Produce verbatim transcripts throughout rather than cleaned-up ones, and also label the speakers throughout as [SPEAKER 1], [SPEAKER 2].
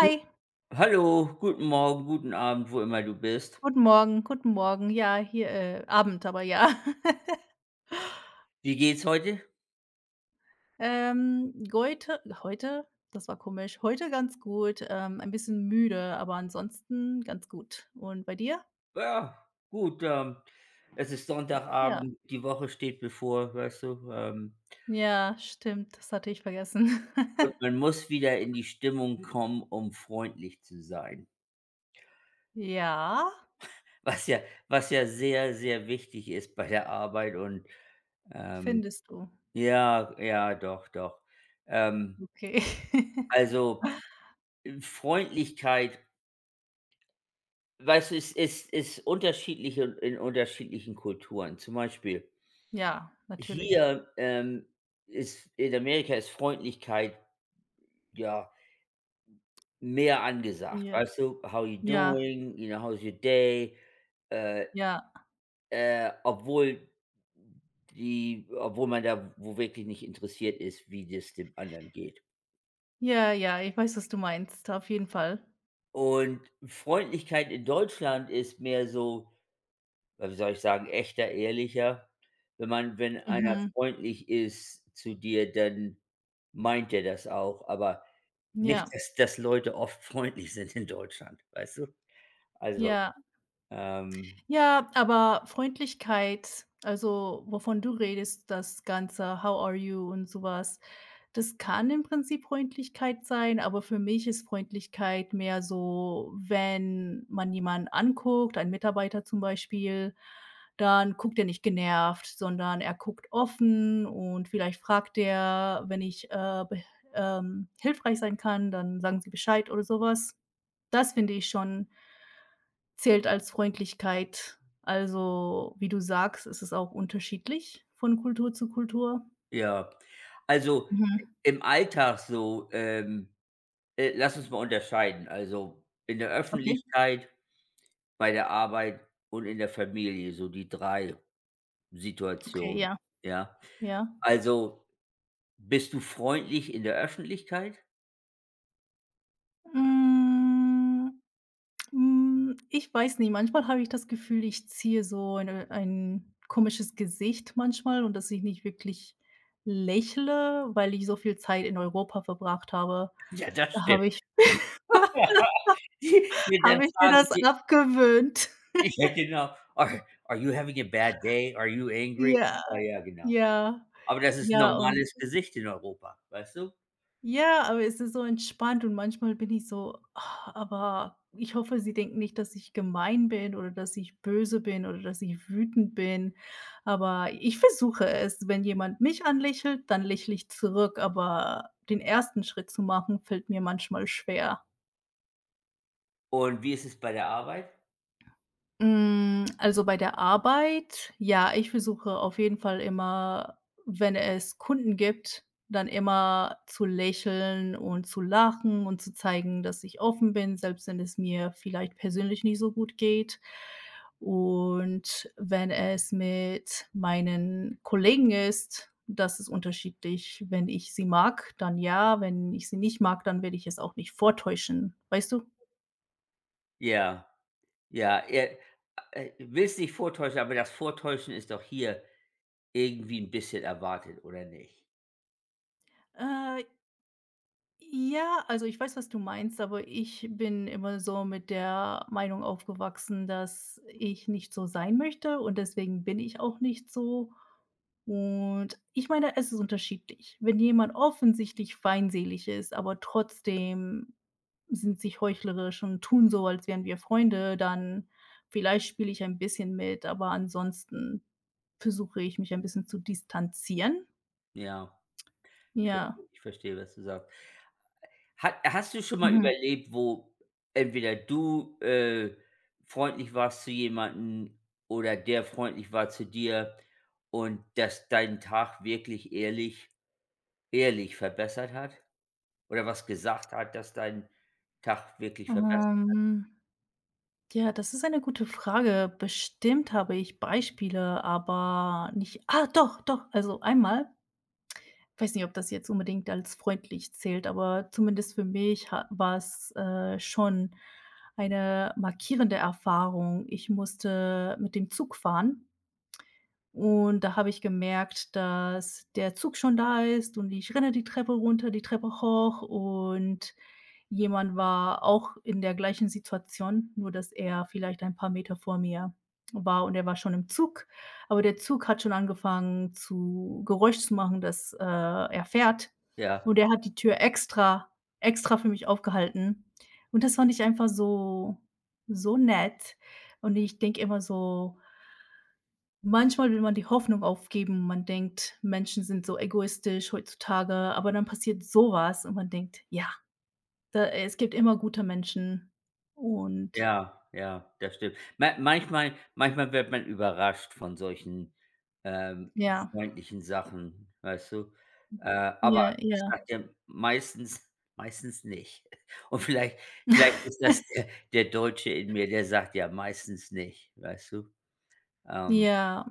[SPEAKER 1] Gu Hallo, guten Morgen, guten Abend, wo immer du bist.
[SPEAKER 2] guten Morgen, guten Morgen. Ja, hier, äh Abend, aber ja.
[SPEAKER 1] Wie geht's heute?
[SPEAKER 2] Ähm, goite heute? Das war komisch. Heute ganz gut, ähm, ein bisschen müde, aber ansonsten ganz gut. Und bei dir?
[SPEAKER 1] Ja, gut, ähm, es ist
[SPEAKER 2] Ja.
[SPEAKER 1] Sonntagabend, die Woche steht bevor, weißt du, ähm,
[SPEAKER 2] Ja, stimmt, das hatte ich vergessen.
[SPEAKER 1] und man muss wieder in die Stimmung kommen, um freundlich zu sein.
[SPEAKER 2] Ja,
[SPEAKER 1] Was ja was ja sehr, sehr wichtig ist bei der Arbeit und, ähm
[SPEAKER 2] findest du.
[SPEAKER 1] ja, ja, doch, doch. Ähm,
[SPEAKER 2] Okay.
[SPEAKER 1] also, äh, Freundlichkeit, weißt du, es ist ist unterschiedlich in in unterschiedlichen Kulturen. Zum Beispiel
[SPEAKER 2] Ja, natürlich.
[SPEAKER 1] Hier, ähm, ist in Amerika ist Freundlichkeit, ja, mehr angesagt,
[SPEAKER 2] Ja,
[SPEAKER 1] weißt du? „How you
[SPEAKER 2] ja,
[SPEAKER 1] doing?“, you know, „How's your day?“ Äh,
[SPEAKER 2] ja.
[SPEAKER 1] äh, obwohl die obwohl man da wo wirklich nicht interessiert ist, wie das dem anderen geht.
[SPEAKER 2] Ja, ja, ich weiß, was du meinst, auf jeden Fall.
[SPEAKER 1] Und Freundlichkeit in Deutschland ist mehr so, ja, wie soll ich sagen, echter, ehrlicher. Wenn man wenn einer
[SPEAKER 2] Mhm.
[SPEAKER 1] freundlich ist zu dir, dann meint er das auch, aber nicht,
[SPEAKER 2] Ja,
[SPEAKER 1] dass dass Leute oft freundlich sind in Deutschland, weißt du? Also,
[SPEAKER 2] ja.
[SPEAKER 1] ähm,
[SPEAKER 2] Ja, aber Freundlichkeit, also wovon du redest, das Ganze „How are you" und sowas, das kann im Prinzip Freundlichkeit sein, aber für mich ist Freundlichkeit mehr so, wenn man jemanden anguckt, einen Mitarbeiter zum Beispiel, dann guckt er nicht genervt, sondern er guckt offen und vielleicht fragt er, wenn ich, äh, beh ähm, hilfreich sein kann, dann sagen sie Bescheid oder sowas. Das finde ich schon zählt als Freundlichkeit. Also, wie du sagst, ist es auch unterschiedlich von Kultur zu Kultur.
[SPEAKER 1] ja. Also,
[SPEAKER 2] Mhm.
[SPEAKER 1] im Alltag so, ähm, äh, lass uns mal unterscheiden. Also, in der
[SPEAKER 2] Okay,
[SPEAKER 1] Öffentlichkeit, bei der Arbeit und in der Familie, so die drei
[SPEAKER 2] okay,
[SPEAKER 1] Situationen,
[SPEAKER 2] ja,
[SPEAKER 1] ja?
[SPEAKER 2] ja.
[SPEAKER 1] Also, bist du freundlich in der Öffentlichkeit?
[SPEAKER 2] Hm, hm, ich weiß nicht, manchmal habe ich das Gefühl, ich ziehe so eine ein komisches Gesicht manchmal und dass ich nicht wirklich lächle, weil ich so viel Zeit in Europa verbracht habe.
[SPEAKER 1] Ja, das
[SPEAKER 2] Da
[SPEAKER 1] stimmt.
[SPEAKER 2] habe ich
[SPEAKER 1] Ja, dann
[SPEAKER 2] habe ich mir
[SPEAKER 1] fragen
[SPEAKER 2] das
[SPEAKER 1] sie,
[SPEAKER 2] abgewöhnt.
[SPEAKER 1] ja, genau: „Are are you having a bad day? Are you angry?“
[SPEAKER 2] Ja,
[SPEAKER 1] Ja, ja, genau.
[SPEAKER 2] ja,
[SPEAKER 1] Aber das ist 'n
[SPEAKER 2] ja und
[SPEAKER 1] normales Gesicht in Europa, weißt du?
[SPEAKER 2] Ja, aber es ist so entspannt und manchmal bin ich so: „Ah, aber ich hoffe, sie denken nicht, dass ich gemein bin oder dass ich böse bin oder dass ich wütend bin." Aber ich versuche es. Wenn jemand mich anlächelt, dann lächle ich zurück, aber den ersten Schritt zu machen, fällt mir manchmal schwer.
[SPEAKER 1] Und wie ist es bei der Arbeit?
[SPEAKER 2] Hm, also, bei der Arbeit ja, ich versuche auf jeden Fall immer, wenn es Kunden gibt, dann immer zu lächeln und zu lachen und zu zeigen, dass ich offen bin, selbst wenn es mir vielleicht persönlich nicht so gut geht. Und wenn es mit meinen Kollegen ist, das ist unterschiedlich. Wenn ich sie mag, dann ja, wenn ich sie nicht mag, dann werde ich es auch nicht vortäuschen, weißt du?
[SPEAKER 1] Ja, ja, er äh, will es nicht vortäuschen, aber das Vortäuschen ist doch hier irgendwie ein bisschen erwartet, oder nicht?
[SPEAKER 2] Äh Ja, also ich weiß, was du meinst, aber ich bin immer so mit der Meinung aufgewachsen, dass ich nicht so sein möchte und deswegen bin ich auch nicht so. Und ich meine, es ist unterschiedlich. Wenn jemand offensichtlich feindselig ist, aber trotzdem sind sich heuchlerisch und tun so, als wären wir Freunde, dann vielleicht spiele ich ein bisschen mit, aber ansonsten versuche ich mich ein bisschen zu distanzieren.
[SPEAKER 1] Ja, ich verstehe
[SPEAKER 2] Ja.
[SPEAKER 1] ich verstehe, was du sagst. Hat, hast du schon mal
[SPEAKER 2] Mhm.
[SPEAKER 1] überlebt, wo entweder du, äh, freundlich warst zu jemandem oder der freundlich war zu dir und das deinen Tag wirklich ehrlich ehrlich verbessert hat? Oder was gesagt hat, das deinen Tag wirklich verbessert.
[SPEAKER 2] Ähm Ja, das ist eine gute Frage. Bestimmt habe ich Beispiele, aber nicht ah, doch, doch, also einmal ich weiß nicht, ob das jetzt unbedingt als freundlich zählt, aber zumindest für mich ha war es äh, schon eine markierende Erfahrung. Ich musste mit dem Zug fahren und da habe ich gemerkt, dass der Zug schon da ist und ich renne die Treppe runter, die Treppe hoch und jemand war auch in der gleichen Situation, nur dass er vielleicht ein paar Meter vor mir war und er war schon im Zug. Aber der Zug hat schon angefangen zu Geräusch zu machen, dass, äh, er fährt.
[SPEAKER 1] Ja,
[SPEAKER 2] Und er hat die Tür extra extra für mich aufgehalten. Und das fand ich einfach so so nett. Und ich denke immer so: Manchmal will man die Hoffnung aufgeben. Man denkt, Menschen sind so egoistisch heutzutage, aber dann passiert so was und man denkt: „Ja, da es gibt immer gute Menschen." Und
[SPEAKER 1] ja, ja, das stimmt. Ma manchmal manchmal wird man überrascht von solchen, ähm,
[SPEAKER 2] ja.
[SPEAKER 1] freundlichen Sachen, weißt du? Äh, aber
[SPEAKER 2] Ja,
[SPEAKER 1] ich sage
[SPEAKER 2] ja.
[SPEAKER 1] dir, meistens meistens nicht. Und vielleicht vielleicht ist das der der Deutsche in mir, der sagt: „Ja, meistens nicht“, weißt du? Ähm,
[SPEAKER 2] Ja,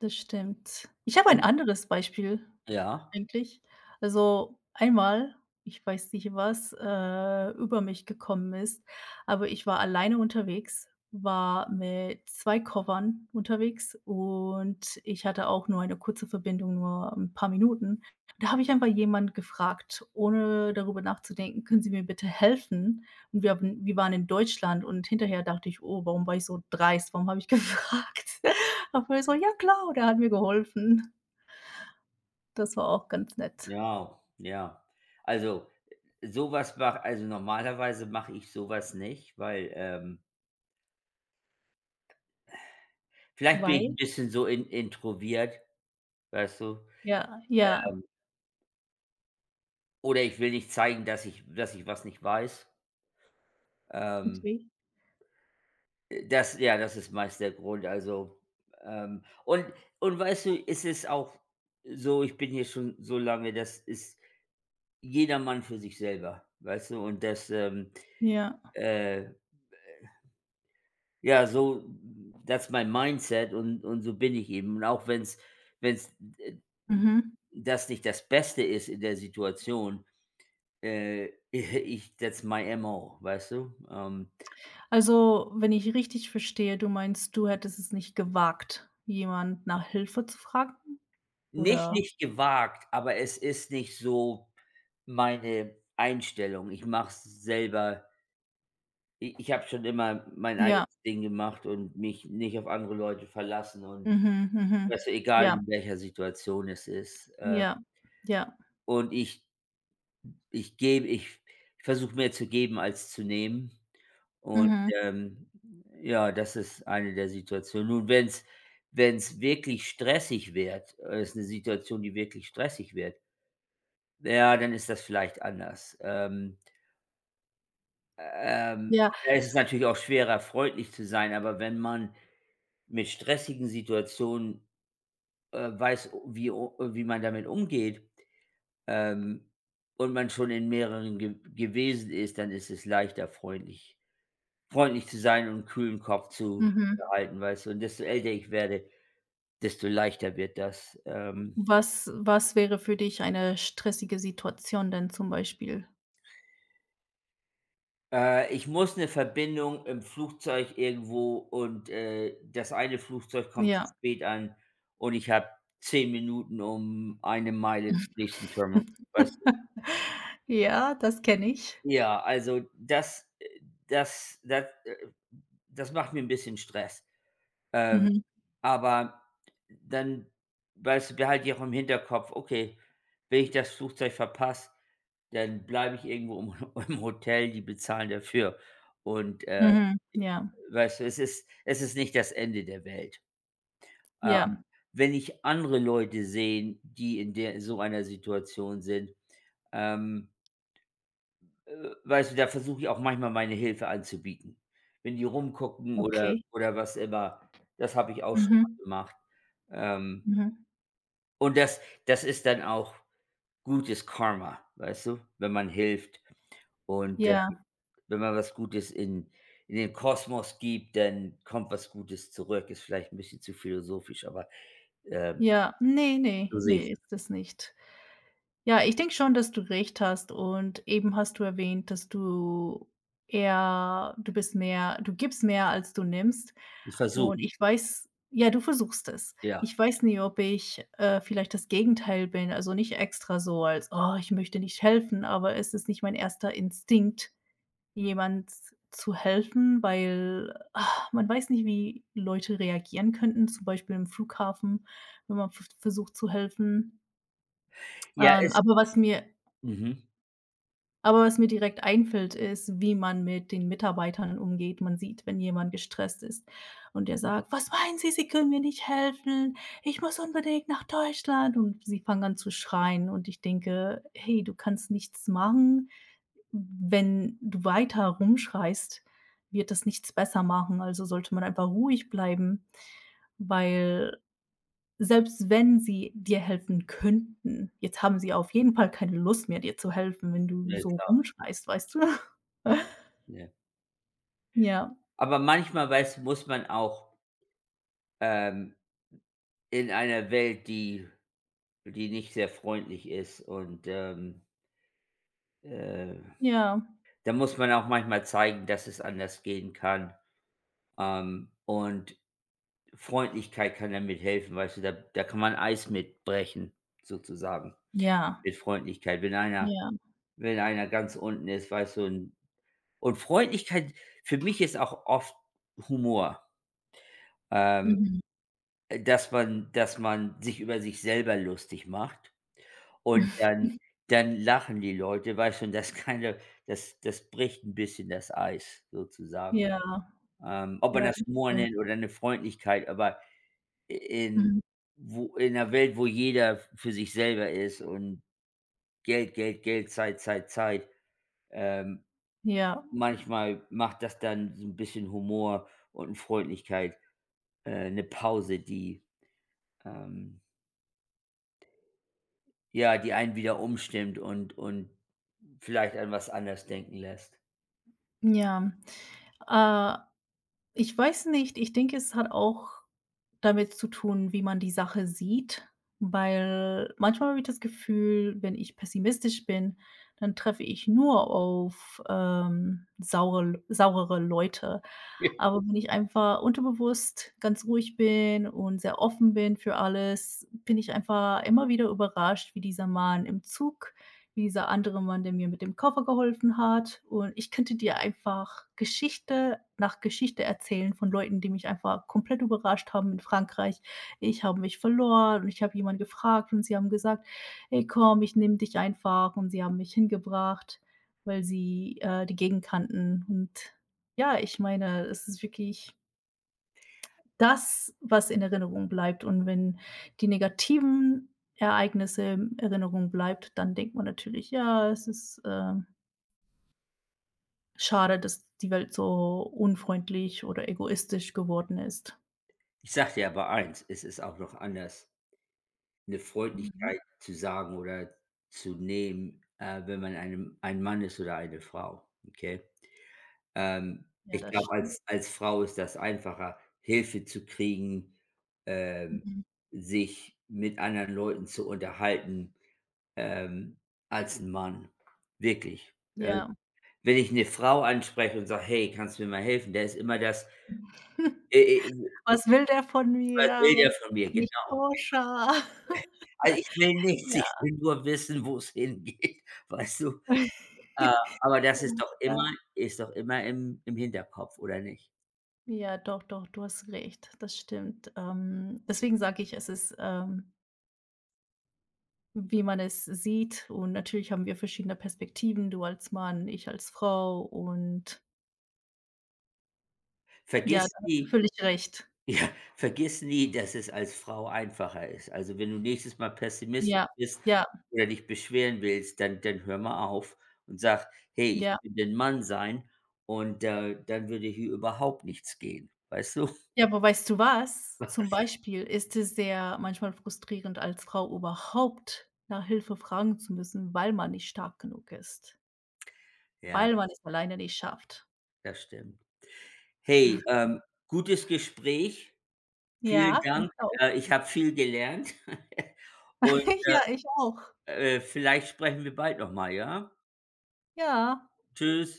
[SPEAKER 2] das stimmt. Ich habe ein
[SPEAKER 1] und
[SPEAKER 2] anderes Beispiel
[SPEAKER 1] ja?
[SPEAKER 2] eigentlich. Also, einmal, ich weiß nicht, was, äh, über mich gekommen ist, aber ich war alleine unterwegs, war mit zwei Koffern unterwegs und ich hatte auch nur eine kurze Verbindung, nur ein paar Minuten. Da habe ich einfach jemanden gefragt, ohne darüber nachzudenken: „Können Sie mir bitte helfen?" Und wir haben wir waren in Deutschland und hinterher dachte ich: „Oh, warum war ich so dreist? Warum habe ich gefragt?" Aber er so: „Ja klar." Und er hat mir geholfen. Das war auch ganz nett.
[SPEAKER 1] Ja, ja. Also, äh, sowas was mache also, normalerweise mache ich sowas nicht, weil, ähm vielleicht bin ich ein
[SPEAKER 2] Weil?
[SPEAKER 1] bisschen so in introvert, weißt du?
[SPEAKER 2] Ja, ja,
[SPEAKER 1] Oder ich will nicht zeigen, dass ich dass ich was nicht weiß. Ähm,
[SPEAKER 2] okay.
[SPEAKER 1] äh, das ja, das ist meist der Grund. Also, ähm und und weißt du, es ist auch so, ich bin hier schon so lange, das ist jedermann für sich selber, weißt du? Und das, ähm,
[SPEAKER 2] Ja,
[SPEAKER 1] äh ja, so that's mein mindset und und so bin ich eben. Und auch wenn es wenn's wenn's, äh,
[SPEAKER 2] mhm.
[SPEAKER 1] das nicht das Beste ist in der Situation, äh, ich that's my M O, weißt du? Ähm,
[SPEAKER 2] Also, wenn ich richtig verstehe, du meinst, du hättest es nicht gewagt, jemand nach Hilfe zu fragen?
[SPEAKER 1] nicht
[SPEAKER 2] Oder
[SPEAKER 1] nicht gewagt, aber es ist nicht so meine Einstellung. Ich mache es selber. I ich habe schon immer mein
[SPEAKER 2] ja,
[SPEAKER 1] eigenes Ding gemacht und mich nicht auf andere Leute verlassen und
[SPEAKER 2] mhm, mhm.
[SPEAKER 1] weißt du, egal
[SPEAKER 2] Ja,
[SPEAKER 1] in welcher Situation es ist. Äh,
[SPEAKER 2] ja, ja,
[SPEAKER 1] und ich Ich gebe ich ich versuche mehr zu geben als zu nehmen und,
[SPEAKER 2] mhm,
[SPEAKER 1] ähm, ja, das ist eine der Situationen. Nun, wenn es wenn's wenn's wirklich stressig wird äh, ist eine Situation, die wirklich stressig wird, ja, dann ist das vielleicht anders. Ähm, ähm,
[SPEAKER 2] ja,
[SPEAKER 1] und da ist es natürlich auch schwerer, freundlich zu sein, aber wenn man mit stressigen Situationen, äh, weiß, wie o wie man damit umgeht, ähm, und man schon in mehreren ge gewesen ist, dann ist es leichter, freundlich freundlich zu sein und 'n kühlen Kopf zu
[SPEAKER 2] mhm.
[SPEAKER 1] behalten, weißt du? Und desto älter ich werde, desto leichter wird das. Ähm,
[SPEAKER 2] Was was wäre für dich eine stressige Situation denn zum Beispiel?
[SPEAKER 1] äh, ich muss 'ne Verbindung im Flugzeug irgendwo und, äh, das eine Flugzeug kommt zu
[SPEAKER 2] Ja.
[SPEAKER 1] spät an und ich habe zehn Minuten, um eine Meile zum nächsten Terminal, weißt du?
[SPEAKER 2] Ja, das kenne ich.
[SPEAKER 1] Ja, also das, äh das das, äh das macht mir 'n bisschen Stress. Ähm
[SPEAKER 2] Mhm,
[SPEAKER 1] Aber dann, weißt du, behalte ich auch im Hinterkopf: „Okay, wenn ich das Flugzeug verpasse, dann bleibe ich irgendwo im im Hotel, die bezahlen dafür.“ Und, äh,
[SPEAKER 2] mhm, ja,
[SPEAKER 1] weißt du, es ist es ist nicht das Ende der Welt.
[SPEAKER 2] ja,
[SPEAKER 1] Ähm, wenn ich andere Leute sehen, die in der so einer Situation sind, ähm, äh, weißt du, da versuche ich auch manchmal meine Hilfe anzubieten. Wenn die rumgucken oder
[SPEAKER 2] okay.
[SPEAKER 1] oder was immer, das habe ich auch schon mal
[SPEAKER 2] Mhm,
[SPEAKER 1] gemacht. Ähm.
[SPEAKER 2] mhm,
[SPEAKER 1] Und das das ist dann auch gutes Karma, weißt du, wenn man hilft. Und, äh,
[SPEAKER 2] ja.
[SPEAKER 1] wenn man was Gutes in in den Kosmos gibt, dann kommt was Gutes zurück. Ist vielleicht ein bisschen zu philosophisch, aber, ähm,
[SPEAKER 2] Ja, nee,
[SPEAKER 1] so
[SPEAKER 2] nee,
[SPEAKER 1] sehe ich
[SPEAKER 2] nee,
[SPEAKER 1] das.
[SPEAKER 2] ist es nicht. Ja, ich denke schon, dass du recht hast und eben hast du erwähnt, dass du eher du bist mehr du gibst mehr, als du nimmst
[SPEAKER 1] Ich versuche
[SPEAKER 2] und ich weiß ja, du versuchst es.
[SPEAKER 1] ja.
[SPEAKER 2] Ich weiß nie, ob ich, äh, vielleicht das Gegenteil bin, also nicht extra so als: „Oh, ich möchte nicht helfen", aber es ist nicht mein erster Instinkt. Jemand zu helfen, weil ah, man weiß nicht, wie Leute reagieren könnten, zum Beispiel im Flughafen, wenn man v versucht zu helfen.
[SPEAKER 1] Ja,
[SPEAKER 2] Ähm,
[SPEAKER 1] ist,
[SPEAKER 2] aber was mir
[SPEAKER 1] mhm,
[SPEAKER 2] aber was mir direkt einfällt, ist, wie man mit den Mitarbeitern umgeht. Man sieht, wenn jemand gestresst ist und der sagt: „Was meinen Sie, Sie können mir nicht helfen? Ich muss unbedingt nach Deutschland." Und sie fangen an zu schreien und ich denke: „Hey, du kannst nichts machen. Wenn du weiter rumschreist, wird das nichts besser machen, also sollte man einfach ruhig bleiben, weil selbst wenn sie dir helfen könnten, jetzt haben sie auf jeden Fall keine Lust mehr, dir zu helfen, wenn du
[SPEAKER 1] ja
[SPEAKER 2] so
[SPEAKER 1] klar,
[SPEAKER 2] rumschreist, weißt du?"
[SPEAKER 1] ja.
[SPEAKER 2] Ja,
[SPEAKER 1] Aber manchmal, weiß muss man auch, ähm, in einer Welt, die die nicht sehr freundlich ist und, ähm, äh,
[SPEAKER 2] ja,
[SPEAKER 1] da muss man auch manchmal zeigen, dass es anders gehen kann. Ähm, und Freundlichkeit kann damit helfen, weißt du, da da kann man Eis mitbrechen sozusagen,
[SPEAKER 2] ja,
[SPEAKER 1] mit Freundlichkeit. Wenn einer
[SPEAKER 2] ja,
[SPEAKER 1] wenn einer ganz unten ist, weißt du, und und Freundlichkeit für mich ist auch oft Humor, ähm,
[SPEAKER 2] mhm.
[SPEAKER 1] dass man dass man sich über sich selber lustig macht und dann dann lachen die Leute, weißt du, und das keine das das bricht ein bisschen das Eis sozusagen.
[SPEAKER 2] Ja,
[SPEAKER 1] Ähm, ob man
[SPEAKER 2] ja,
[SPEAKER 1] das
[SPEAKER 2] das
[SPEAKER 1] Humor
[SPEAKER 2] stimmt.
[SPEAKER 1] nennt oder eine Freundlichkeit, aber in
[SPEAKER 2] Mhm.
[SPEAKER 1] wo in 'ner Welt, wo jeder für sich selber ist und Geld, Geld, Geld, Zeit, Zeit, Zeit. Ähm,
[SPEAKER 2] Ja,
[SPEAKER 1] manchmal macht das dann so ein bisschen Humor und Freundlichkeit, äh, 'ne Pause, die, ähm ja, die einen wieder umstimmt und und vielleicht an was anders denken lässt.
[SPEAKER 2] ja. Äh, Ich weiß nicht, ich denke, es hat auch damit zu tun, wie man die Sache sieht, weil manchmal habe ich das Gefühl, wenn ich pessimistisch bin, dann treffe ich nur auf, ähm, saure saurere Leute.
[SPEAKER 1] Ja.
[SPEAKER 2] Aber wenn ich einfach unterbewusst ganz ruhig bin und sehr offen bin für alles, bin ich einfach immer wieder überrascht, wie dieser Mann im Zug wie dieser andere Mann, der mir mit dem Koffer geholfen hat. Und ich könnte dir einfach Geschichte nach Geschichte erzählen von Leuten, die mich einfach komplett überrascht haben in Frankreich. Ich habe mich verloren und ich habe jemanden gefragt und sie haben gesagt: „Hey komm, ich nehme dich einfach." Und sie haben mich hingebracht, weil sie, äh, die Gegend kannten. Und ja, ich meine, es ist wirklich das, was in Erinnerung bleibt. Und wenn die negativen Ereignisse in Erinnerung bleibt, dann denkt man natürlich: „Ja, es ist, äh, schade, dass die Welt so unfreundlich oder egoistisch geworden ist."
[SPEAKER 1] Ich sag dir aber eins, es ist auch noch anders, eine
[SPEAKER 2] Mhm.
[SPEAKER 1] Freundlichkeit zu sagen oder zu nehmen, äh, wenn man einem ein Mann ist oder eine Frau, okay? Ähm,
[SPEAKER 2] Ja,
[SPEAKER 1] ich
[SPEAKER 2] das
[SPEAKER 1] glaube,
[SPEAKER 2] stimmt.
[SPEAKER 1] als als Frau ist das einfacher, Hilfe zu kriegen, ähm,
[SPEAKER 2] Mhm.
[SPEAKER 1] sich mit anderen Leuten zu unterhalten, ähm, als ein Mann, wirklich. Äh,
[SPEAKER 2] Ja.
[SPEAKER 1] wenn ich eine Frau anspreche und sage: „Hey, kannst du mir mal helfen?“ Da ist immer das: „Äh, äh,
[SPEAKER 2] „Was will der von
[SPEAKER 1] was
[SPEAKER 2] mir?
[SPEAKER 1] will der von mir?“
[SPEAKER 2] Nicht
[SPEAKER 1] Genau.
[SPEAKER 2] koscher."
[SPEAKER 1] Also, ich will nichts,
[SPEAKER 2] Ja.
[SPEAKER 1] ich will nur wissen, wo es hingeht, weißt du? Äh, aber
[SPEAKER 2] Ja,
[SPEAKER 1] das ist doch immer
[SPEAKER 2] ja.
[SPEAKER 1] ist doch immer im im Hinterkopf, oder nicht?
[SPEAKER 2] Ja, doch, doch, du hast recht. Das stimmt. Ähm, deswegen sage ich, es ist, ähm wie man es sieht und natürlich haben wir verschiedene Perspektiven, du als Mann, ich als Frau und ja,
[SPEAKER 1] Vergiss
[SPEAKER 2] da hast du
[SPEAKER 1] die
[SPEAKER 2] völlig recht.
[SPEAKER 1] Ja, vergiss nie, dass es als Frau einfacher ist. Also, wenn du nächstes Mal pessimistisch
[SPEAKER 2] Ja,
[SPEAKER 1] bist
[SPEAKER 2] ja,
[SPEAKER 1] oder dich beschweren willst, dann dann hör mal auf und sag: „Hey, ich
[SPEAKER 2] ja.
[SPEAKER 1] will den Mann sein und, äh, dann würde hier überhaupt nichts gehen.“ Weißt du?
[SPEAKER 2] Ja, aber weißt du was? Zum Beispiel ist es sehr manchmal frustrierend, als Frau überhaupt nach Hilfe fragen zu müssen, weil man nicht stark genug ist,
[SPEAKER 1] Ja,
[SPEAKER 2] weil man es alleine nicht schafft.
[SPEAKER 1] das stimmt. Hey, ähm, gutes Gespräch. Vielen
[SPEAKER 2] Ja, ich
[SPEAKER 1] Dank.
[SPEAKER 2] auch.
[SPEAKER 1] Äh, ich habe viel gelernt und,
[SPEAKER 2] Ja, ich auch.
[SPEAKER 1] äh, vielleicht sprechen wir bald noch mal, ja?
[SPEAKER 2] Ja.
[SPEAKER 1] Tschüss.